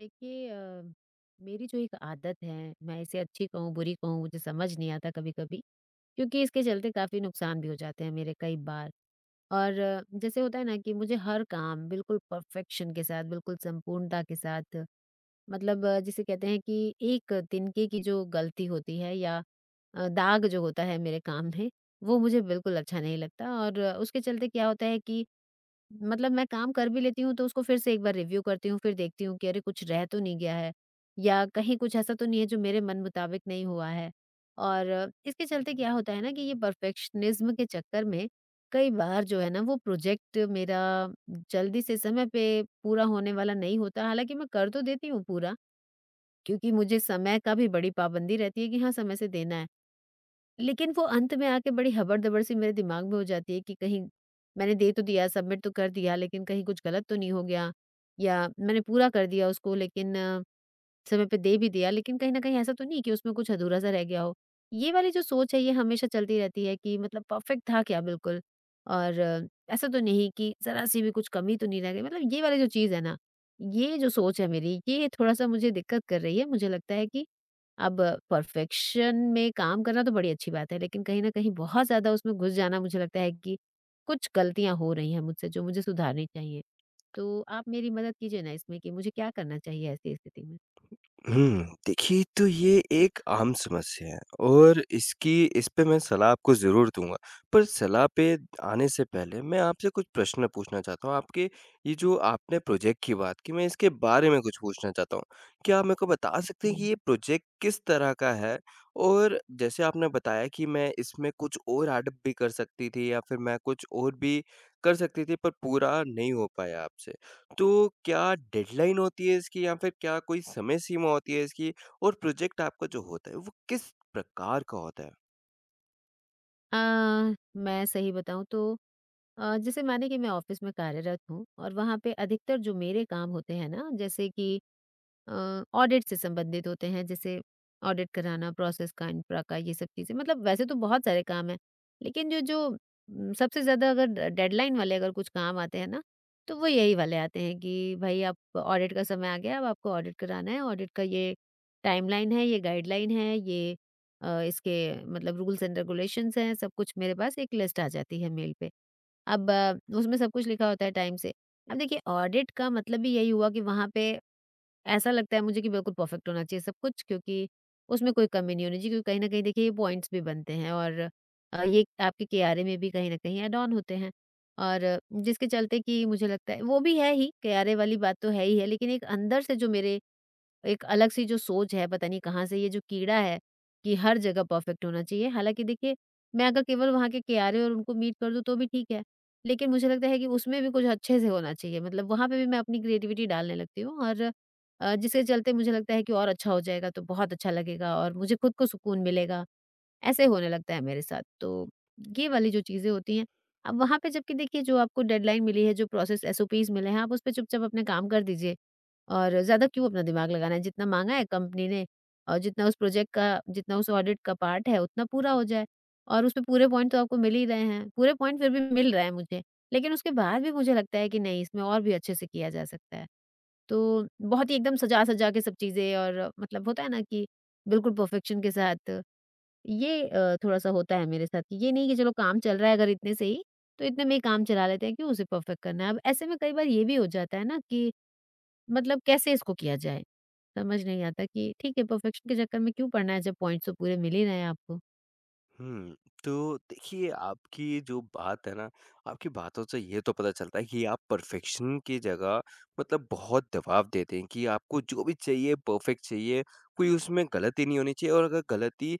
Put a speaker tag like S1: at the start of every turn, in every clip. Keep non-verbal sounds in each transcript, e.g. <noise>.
S1: देखिए मेरी जो एक आदत है मैं इसे अच्छी कहूँ बुरी कहूँ मुझे समझ नहीं आता कभी कभी क्योंकि इसके चलते काफी नुकसान भी हो जाते हैं मेरे कई बार। और जैसे होता है ना कि मुझे हर काम बिल्कुल परफेक्शन के साथ बिल्कुल संपूर्णता के साथ, मतलब जिसे कहते हैं कि एक तिनके की जो गलती होती है या दाग जो होता है मेरे काम में, वो मुझे बिल्कुल अच्छा नहीं लगता। और उसके चलते क्या होता है कि मतलब मैं काम कर भी लेती हूँ तो उसको फिर से एक बार रिव्यू करती हूँ, फिर देखती हूँ कि अरे कुछ रह तो नहीं गया है या कहीं कुछ ऐसा तो नहीं है जो मेरे मन मुताबिक नहीं हुआ है। और इसके चलते क्या होता है ना कि ये परफेक्शनिज़्म के चक्कर में कई बार जो है ना वो प्रोजेक्ट मेरा जल्दी से समय पे पूरा होने वाला नहीं होता। हालाँकि मैं कर तो देती हूँ पूरा, क्योंकि मुझे समय का भी बड़ी पाबंदी रहती है कि हाँ, समय से देना है। लेकिन वो अंत में आके बड़ी हबड़-दबड़ सी मेरे दिमाग में हो जाती है कि कहीं मैंने दे तो दिया, सबमिट तो कर दिया लेकिन कहीं कुछ गलत तो नहीं हो गया, या मैंने पूरा कर दिया उसको लेकिन समय पे दे भी दिया, लेकिन कहीं न कहीं ऐसा तो नहीं कि उसमें कुछ अधूरा-सा रह गया हो। ये वाली जो सोच है ये हमेशा चलती रहती है कि मतलब परफेक्ट था क्या बिल्कुल? और ऐसा तो नहीं कि ज़रा-सी भी कुछ कमी तो नहीं रह गई, मतलब ये वाली जो चीज़ है ना, ये जो सोच है मेरी, ये थोड़ा-सा मुझे दिक्कत कर रही है। मुझे लगता है कि अब परफेक्शन में काम करना तो बड़ी अच्छी बात है, लेकिन कहीं न कहीं बहुत ज़्यादा उसमें घुस जाना, मुझे लगता है कि कुछ गलतियाँ हो रही हैं मुझसे जो मुझे सुधारनी चाहिए। तो आप मेरी मदद कीजिए ना इसमें कि मुझे क्या करना चाहिए ऐसी स्थिति में?
S2: देखिए तो ये एक आम समस्या है, और इसकी इस पे मैं सलाह आपको ज़रूर दूँगा। पर सलाह पे आने से पहले मैं आपसे कुछ प्रश्न पूछना चाहता हूँ। आपके ये जो आपने प्रोजेक्ट की बात की, मैं इसके बारे में कुछ पूछना चाहता हूँ। क्या आप मेरे को बता सकते हैं कि
S1: जी।
S2: ये प्रोजेक्ट किस तरह का है? और जैसे आपने बताया कि मैं इसमें कुछ और एडप्ट भी कर सकती थी, या फिर मैं कुछ और भी कर सकती थी, पर पूरा नहीं हो पाया आपसे। तो क्या डेडलाइन होती है इसकी, या फिर क्या कोई समय सीमा होती है इसकी? और प्रोजेक्ट आपका जो होता है, वो किस प्रकार का होता है?
S1: अ, मैं सही बताऊँ तो जैसे माने कि मैं ऑफिस में कार्यरत हूँ और वहाँ पे अधिकतर जो मेरे काम होते हैं ना, जैसे कि ऑडिट से संबंधित होते हैं, जैसे ऑडिट कराना, प्रोसेस का, इंफ्रा का, ये सब चीज़ें, मतलब वैसे तो बहुत सारे काम हैं। लेकिन जो जो सबसे ज़्यादा अगर ड डेडलाइन वाले अगर कुछ काम आते हैं ना, तो वो यही वाले आते हैं कि भई अब ऑडिट का समय आ गया है, अब आपको ऑडिट कराना है, ऑडिट का ये टाइमलाइन है, ये गाइडलाइन है, ये इसके मतलब रूल्स एंड रेगुलेशंस हैं, सब कुछ मेरे पास एक लिस्ट आ जाती है मेल पे। अब उसमें सब कुछ लिखा होता है टाइम से। अब देखिए ऑडिट का मतलब ही यही हुआ कि वहाँ पे ऐसा लगता है मुझे कि बिल्कुल परफेक्ट होना चाहिए सब कुछ, क्योंकि उसमें कोई कमी नहीं होनी चाहिए, क्योंकि कहीं न कहीं देखिए ये पॉइंट्स भी बनते हैं और ये आपके केआरए में भी कहीं न कहीं ऐड ऑन होते हैं। और जिसके चलते कि मुझे लगता है वो भी है ही, केआरए वाली बात तो है ही है, लेकिन एक अंदर से जो मेरे एक अलग सी जो सोच है, पता नहीं कहाँ से ये जो कीड़ा है कि हर जगह परफेक्ट होना चाहिए। हालाँकि देखिए, मैं अगर केवल वहाँ के क्यारे और उनको मीट कर दूँ तो भी ठीक है, लेकिन मुझे लगता है कि उसमें भी कुछ अच्छे से होना चाहिए। मतलब वहाँ पे भी मैं अपनी क्रिएटिविटी डालने लगती हूँ और जिसके चलते मुझे लगता है कि और अच्छा हो जाएगा तो बहुत अच्छा लगेगा और मुझे खुद को सुकून मिलेगा, ऐसे होने लगता है मेरे साथ। तो ये वाली जो चीज़ें होती हैं, अब वहाँ पे जबकि देखिए जो आपको डेडलाइन मिली है, जो प्रोसेस एसओपीज़ मिले हैं, आप उस पे चुपचाप अपने काम कर दीजिए। और ज़्यादा क्यों अपना दिमाग लगाना है, जितना माँगा है कंपनी ने और जितना उस प्रोजेक्ट का, जितना उस ऑडिट का पार्ट है, उतना पूरा हो जाए और उसमें पूरे पॉइंट तो आपको मिल ही रहे हैं। पूरे पॉइंट फिर भी मिल रहे हैं मुझे, लेकिन उसके बाद भी मुझे लगता है कि नहीं, इसमें और भी अच्छे से किया जा सकता है। तो बहुत ही एकदम सजा-सजा के सब चीज़ें, और मतलब होता है ना कि बिल्कुल परफेक्शन के साथ, ये थोड़ा-सा होता है मेरे साथ कि ये नहीं कि चलो काम चल रहा है अगर इतने से ही, तो इतने में ही काम चला लेते हैं, क्यों उसे परफेक्ट करना है। अब ऐसे में कई बार ये भी हो जाता है ना कि मतलब कैसे इसको किया जाए? समझ नहीं आता कि ठीक है परफेक्शन के चक्कर में क्यों पड़ना है जब पॉइंट्स तो पूरे मिल ही रहे हैं आपको।
S2: हुँ, तो देखिए, आपकी जो बात है ना, आपकी बातों से ये तो पता चलता है कि आप परफेक्शन की जगह, मतलब बहुत दबाव देते हैं कि आपको जो भी चाहिए परफेक्ट चाहिए, कोई उसमें गलती नहीं होनी चाहिए, और अगर गलती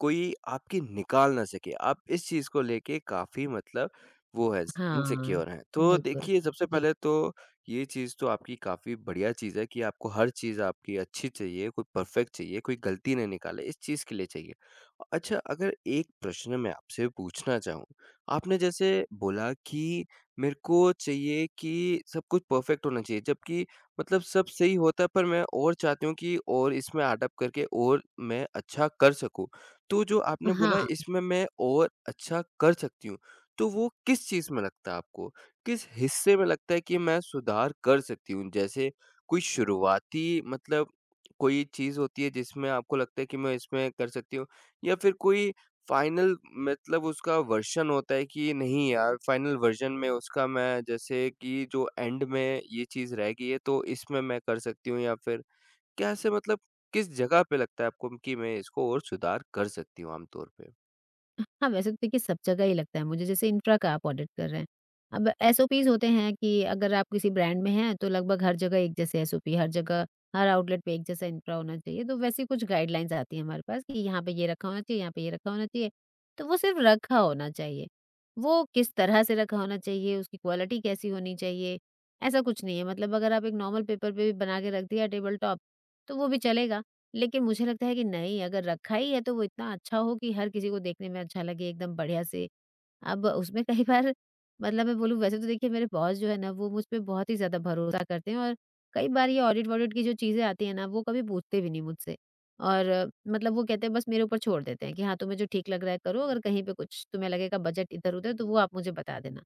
S2: कोई आपकी निकाल ना सके। आप इस चीज़ को लेके काफ़ी, मतलब वो है,
S1: हाँ,
S2: इनसिक्योर हैं। तो
S1: बिल्कुल।
S2: देखिए सबसे
S1: जी।
S2: पहले तो ये चीज़ तो आपकी काफ़ी बढ़िया चीज़ है कि आपको हर चीज़ आपकी अच्छी चाहिए, कोई परफ़ेक्ट चाहिए, कोई गलती नहीं निकाले, इस चीज़ के लिए चाहिए। अच्छा, अगर एक प्रश्न मैं आपसे पूछना चाहूँ, आपने जैसे बोला कि मेरे को चाहिए कि सब कुछ परफ़ेक्ट होना चाहिए, जबकि मतलब सब सही होता है, पर मैं और चाहती हूँ कि और इसमें अडॉप्ट करके और मैं अच्छा कर सकूँ। तो जो आपने बोला
S1: हाँ।
S2: इसमें मैं और अच्छा कर सकती हूँ, तो वो किस चीज़ में लगता है आपको? किस हिस्से में लगता है कि मैं सुधार कर सकती हूँ? जैसे कोई शुरुआती, मतलब कोई चीज़ होती है जिसमें आपको लगता है कि मैं इसमें कर सकती हूँ, या फिर कोई फ़ाइनल, मतलब उसका वर्ज़न होता है कि नहीं यार फ़ाइनल वर्ज़न में उसका मैं, जैसे कि जो एंड में ये चीज़ रह गई है तो इसमें मैं कर सकती हूँ, या फिर कैसे, मतलब किस जगह पे लगता है आपको कि मैं इसको और सुधार कर सकती हूँ आम तौर पे?
S1: हाँ, वैसे तो देखिए सब जगह ही लगता है मुझे, जैसे इंफ्रा का आप ऑडिट कर रहे हैं। अब एसओपीज़ होते हैं कि अगर आप किसी ब्रांड में हैं, तो लगभग हर जगह एक जैसे एसओपी, हर जगह, हर आउटलेट पे एक जैसा इंफ्रा होना चाहिए। तो वैसी कुछ गाइडलाइंस आती हैं हमारे पास कि यहाँ पे ये रखा होना चाहिए, यहाँ पे ये रखा होना चाहिए। तो वो सिर्फ़ रखा होना चाहिए, वो किस तरह से रखा होना चाहिए, उसकी क्वालिटी कैसी होनी चाहिए, ऐसा कुछ नहीं है। मतलब अगर आप एक नॉर्मल पेपर पे भी बना के रख दिया टेबल टॉप, तो वो भी चलेगा। लेकिन मुझे लगता है कि नहीं, अगर रखा ही है तो वो इतना अच्छा हो कि हर किसी को देखने में अच्छा लगे एकदम बढ़िया से। अब उसमें <laughs> कई बार, मतलब मैं बोलूँ वैसे तो देखिए मेरे बॉस जो है ना वो मुझ पे बहुत ही ज़्यादा भरोसा करते हैं और कई बार ये ऑडिट-वॉडिट की जो चीज़ें आती हैं ना वो कभी पूछते भी नहीं मुझसे। और मतलब वो कहते हैं, बस मेरे ऊपर छोड़ देते हैं कि हाँ, तुम्हें जो ठीक लग रहा है करो, अगर कहीं पे कुछ तुम्हें लगेगा बजट इधर-उधर तो वो आप मुझे बता देना।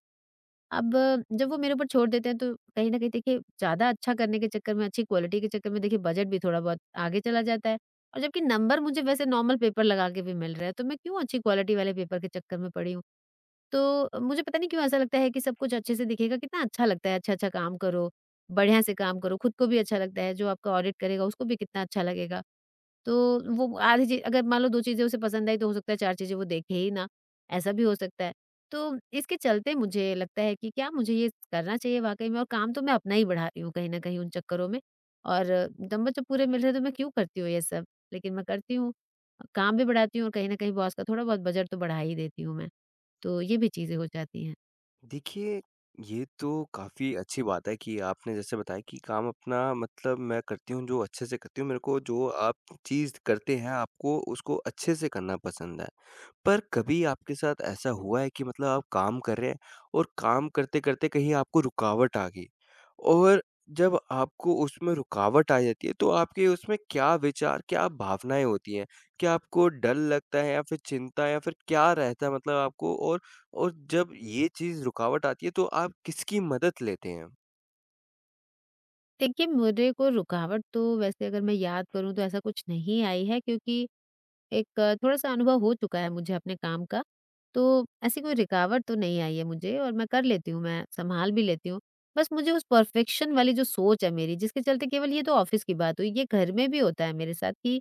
S1: अब जब वो मेरे ऊपर छोड़ देते हैं तो कहीं न कहीं देखिए ज़्यादा अच्छा करने के चक्कर में, अच्छी क्वालिटी के चक्कर में देखिए बजट भी थोड़ा बहुत आगे चला जाता है, और जबकि नंबर मुझे वैसे नॉर्मल पेपर लगा के भी मिल रहा है, तो मैं क्यों अच्छी क्वालिटी वाले पेपर के चक्कर में पड़ी हूँ। तो मुझे पता नहीं क्यों ऐसा लगता है कि सब कुछ अच्छे से दिखेगा, कितना अच्छा लगता है अच्छा-अच्छा काम करो, बढ़िया से काम करो, खुद को भी अच्छा लगता है, जो आपका ऑडिट करेगा उसको भी कितना अच्छा लगेगा। तो वो आधी चीज़ अगर मान लो 2 चीज़ें उसे पसंद आई तो हो सकता है 4 चीज़ें वो देखे ही ना, ऐसा भी हो सकता है। तो इसके चलते मुझे लगता है कि क्या मुझे ये करना चाहिए वाकई में, और काम तो मैं अपना ही बढ़ा रही हूँ कहीं न कहीं उन चक्करों में, और नंबर जब पूरे मिल रहे हैं तो मैं क्यों करती हूँ ये सब? लेकिन मैं करती हूँ, काम भी बढ़ाती हूँ और कहीं न कहीं बॉस का थोड़ा बहुत बजट तो बढ़ा ही देती हूँ मैं। तो ये भी चीज़ें हो जाती हैं।
S2: देखिए, ये तो काफ़ी अच्छी बात है कि आपने जैसे बताया कि काम अपना, मतलब मैं करती हूँ जो अच्छे से करती हूँ। मेरे को जो आप चीज़ करते हैं, आपको उसको अच्छे से करना पसंद है। पर कभी आपके साथ ऐसा हुआ है कि मतलब आप काम कर रहे हैं और काम करते-करते कहीं आपको रुकावट आ गई, और जब आपको उसमें रुकावट आ जाती है तो आपके उसमें क्या विचार, क्या भावनाएँ होती हैं? क्या आपको डर लगता है, या फिर चिंता, या फिर क्या रहता है मतलब आपको? और जब ये चीज़ रुकावट आती है तो आप किसकी मदद लेते हैं?
S1: देखिए, मेरे को रुकावट तो वैसे अगर मैं याद करूँ तो ऐसा कुछ नहीं आई है, क्योंकि एक थोड़ा-सा अनुभव हो चुका है मुझे अपने काम का, तो ऐसी कोई रुकावट तो नहीं आई है मुझे और मैं कर लेती हूँ, मैं सँभाल भी लेती हूँ। बस मुझे उस परफ़ेक्शन वाली जो सोच है मेरी जिसके चलते, केवल ये तो ऑफ़िस की बात हुई, ये घर में भी होता है मेरे साथ कि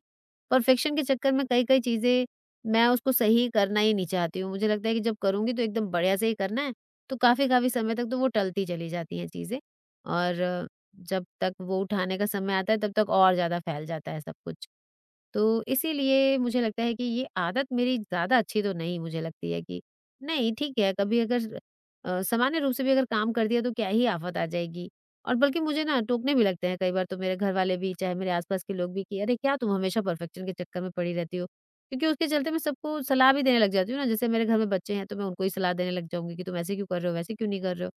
S1: परफ़ेक्शन के चक्कर में कई-कई चीज़ें मैं उसको सही करना ही नहीं चाहती हूँ। मुझे लगता है कि जब करूँगी तो एकदम बढ़िया से ही करना है, तो काफ़ी-काफ़ी समय तक तो वो टलती चली जाती हैं चीज़ें, और जब तक वो उठाने का समय आता है तब तक और ज़्यादा फैल जाता है सब कुछ। तो इसीलिए मुझे लगता है कि ये आदत मेरी ज़्यादा अच्छी तो नहीं, मुझे लगती है कि नहीं, ठीक है कभी अगर सामान्य रूप से भी अगर काम कर दिया तो क्या ही आफ़त आ जाएगी। और बल्कि मुझे ना टोकने भी लगते हैं कई बार, तो मेरे घर वाले भी, चाहे मेरे आस-पास के लोग भी, कि अरे क्या तुम हमेशा परफेक्शन के चक्कर में पड़ी रहती हो? क्योंकि उसके चलते मैं सबको सलाह भी देने लग जाती हूँ ना, जैसे मेरे घर में बच्चे हैं तो मैं उनको ही सलाह देने लग जाऊँगी कि तुम ऐसे क्यों कर रहे हो? वैसे क्यों नहीं कर रहे हो?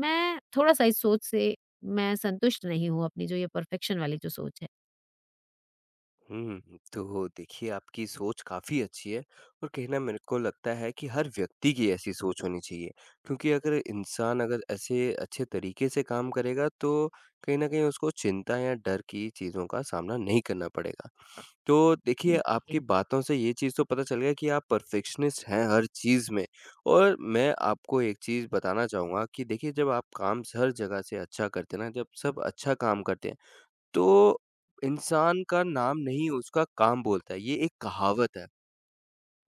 S1: मैं थोड़ा-सा इस सोच से, मैं संतुष्ट नहीं हूँ अपनी जो ये परफ़ेक्शन वाली जो सोच है।
S2: हुँ। तो देखिए आपकी सोच काफ़ी अच्छी है, और कहीं न, मेरे को लगता है कि हर व्यक्ति की ऐसी सोच होनी चाहिए। क्योंकि अगर इंसान अगर ऐसे अच्छे तरीके से काम करेगा तो कहीं न कहीं उसको चिंता या डर की चीज़ों का सामना नहीं करना पड़ेगा। तो देखिए आपकी
S1: जी।
S2: बातों से ये चीज़ तो पता चल गया कि आप परफेक्शनिस्ट हैं हर चीज़ में। और मैं आपको एक चीज़ बताना चाहूँगा कि देखिए, जब आप काम हर जगह से अच्छा करते हैं ना, जब सब अच्छा काम करते हैं, तो इंसान का नाम नहीं उसका काम बोलता है, ये एक कहावत है।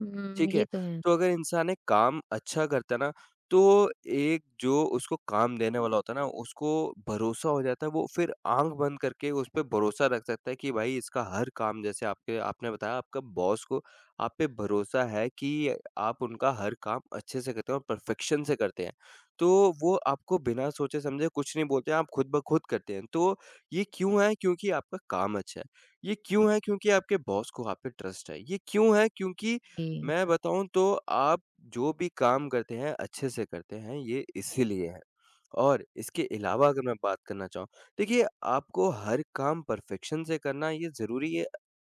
S1: हुँ,
S2: ठीक है,
S1: ये तो है।
S2: तो अगर इंसान एक काम अच्छा करता है ना, तो एक जो उसको काम देने वाला होता है ना, उसको भरोसा हो जाता है, वो फिर आँख बंद करके उस पे भरोसा रख सकता है कि भाई इसका हर काम, जैसे आपके आपने बताया, आपका बॉस को आप पे भरोसा है कि आप उनका हर काम अच्छे से करते हैं और परफ़ेक्शन से करते हैं। तो वो आपको बिना सोचे-समझे कुछ नहीं बोलते हैं, आप खुद ब खुद करते हैं। तो ये क्यों है? क्योंकि आपका काम अच्छा है। ये क्यों है? क्योंकि आपके बॉस को आप पे ट्रस्ट है। ये क्यों है? क्योंकि
S1: जी।
S2: मैं बताऊँ तो, आप जो भी काम करते हैं अच्छे से करते हैं, ये इसीलिए है। और इसके अलावा अगर मैं बात करना चाहूँ, देखिए आपको हर काम परफ़ेक्शन से करना ये ज़रूरी है,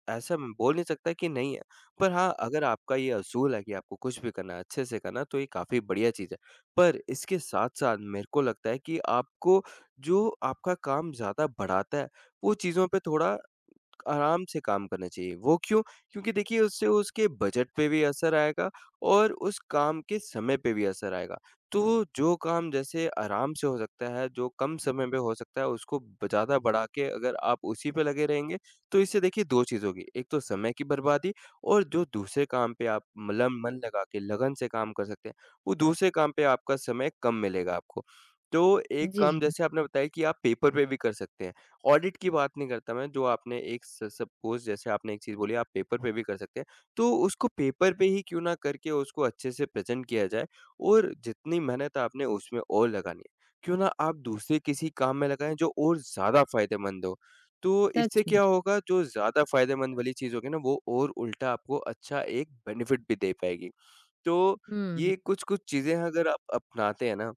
S2: ऐसा मैं बोल नहीं सकता कि नहीं है। पर हाँ, अगर आपका ये असूल है कि आपको कुछ भी करना है, अच्छे से करना है, तो ये काफ़ी बढ़िया चीज़ है। पर इसके साथ-साथ मेरे को लगता है कि आपको जो आपका काम ज़्यादा बढ़ाता है, वो चीज़ों पे थोड़ा आराम से काम करना चाहिए। वो क्यों? क्योंकि देखिए उससे उसके बजट पे भी असर आएगा, और उस काम के समय पे भी असर आएगा। तो जो काम जैसे आराम से हो सकता है, जो कम समय में हो सकता है, उसको ब ज़्यादा बढ़ा के अगर आप उसी पे लगे रहेंगे, तो इससे देखिए 2 चीज़ होगी। एक तो समय की बर्बादी, और जो दूसरे काम पे आप, मतलब मन लगा के लगन से काम कर सकते हैं, वो दूसरे काम पे आपका समय कम मिलेगा आपको। तो एक काम
S1: जी,
S2: जैसे आपने बताया कि आप पेपर पे भी कर सकते हैं। ऑडिट की बात नहीं करता मैं, जो आपने एक स सपोज़, जैसे आपने एक चीज़ बोली आप पेपर पे भी कर सकते हैं, तो उसको पेपर पे ही क्यों ना करके उसको अच्छे से प्रेज़ेंट किया जाए, और जितनी मेहनत आपने उसमें और लगानी है, क्यों ना आप दूसरे किसी काम में लगाएँ जो और ज़्यादा फ़ायदेमंद हो। तो इससे
S1: सच
S2: क्या
S1: में।
S2: होगा, जो ज़्यादा फ़ायदेमंद वाली चीज़ होगी ना, वो और उल्टा आपको अच्छा एक बेनिफिट भी दे पाएगी। तो
S1: हुँ,
S2: ये कुछ-कुछ चीज़ें अगर आप अपनाते हैं ना,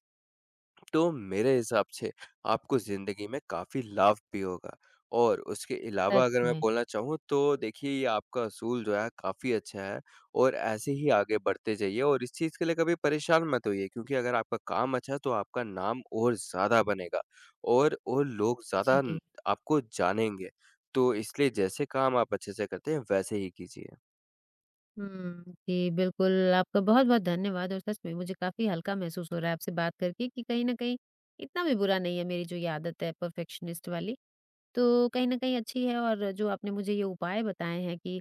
S2: तो मेरे हिसाब से आपको ज़िंदगी में काफ़ी लाभ भी होगा। और उसके अलावा
S1: सच
S2: अगर मैं
S1: में।
S2: बोलना चाहूँ तो देखिए, ये आपका असूल जो है काफ़ी अच्छा है, और ऐसे ही आगे बढ़ते जाइए, और इस चीज़ के लिए कभी परेशान मत होइए, क्योंकि अगर आपका काम अच्छा है तो आपका नाम और ज़्यादा बनेगा, और लोग ज़्यादा
S1: जी।
S2: आपको जानेंगे। तो इसलिए जैसे काम आप अच्छे से करते हैं वैसे ही कीजिए।
S1: हुँ। जी, बिल्कुल, आपका बहुत-बहुत धन्यवाद, और सच में मुझे काफ़ी हल्का महसूस हो रहा है आपसे बात करके कि कहीं न कहीं इतना भी बुरा नहीं है मेरी जो ये आदत है परफेक्शनिस्ट वाली। तो कहीं न कहीं अच्छी है, और जो आपने मुझे ये उपाय बताए हैं कि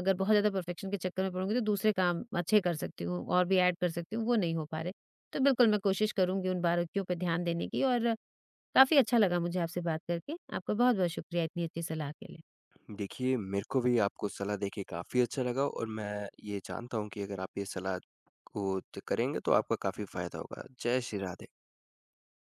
S1: अगर बहुत ज़्यादा परफेक्शन के चक्कर में पड़ूँगी तो दूसरे काम अच्छे कर सकती हूँ और भी ऐड कर सकती हूँ, वो नहीं हो पा रहे। तो बिल्कुल मैं कोशिश करूँगी उन बारीकियों पे ध्यान देने की, और काफ़ी अच्छा लगा मुझे आपसे बात करके। आपका बहुत-बहुत शुक्रिया इतनी अच्छी सलाह के लिए।
S2: देखिए, मेरे को भी आपको सलाह देके काफ़ी अच्छा लगा, और मैं ये जानता हूँ कि अगर आप ये सलाह को च करेंगे तो आपका काफ़ी फ़ायदा होगा। जय श्री राधे।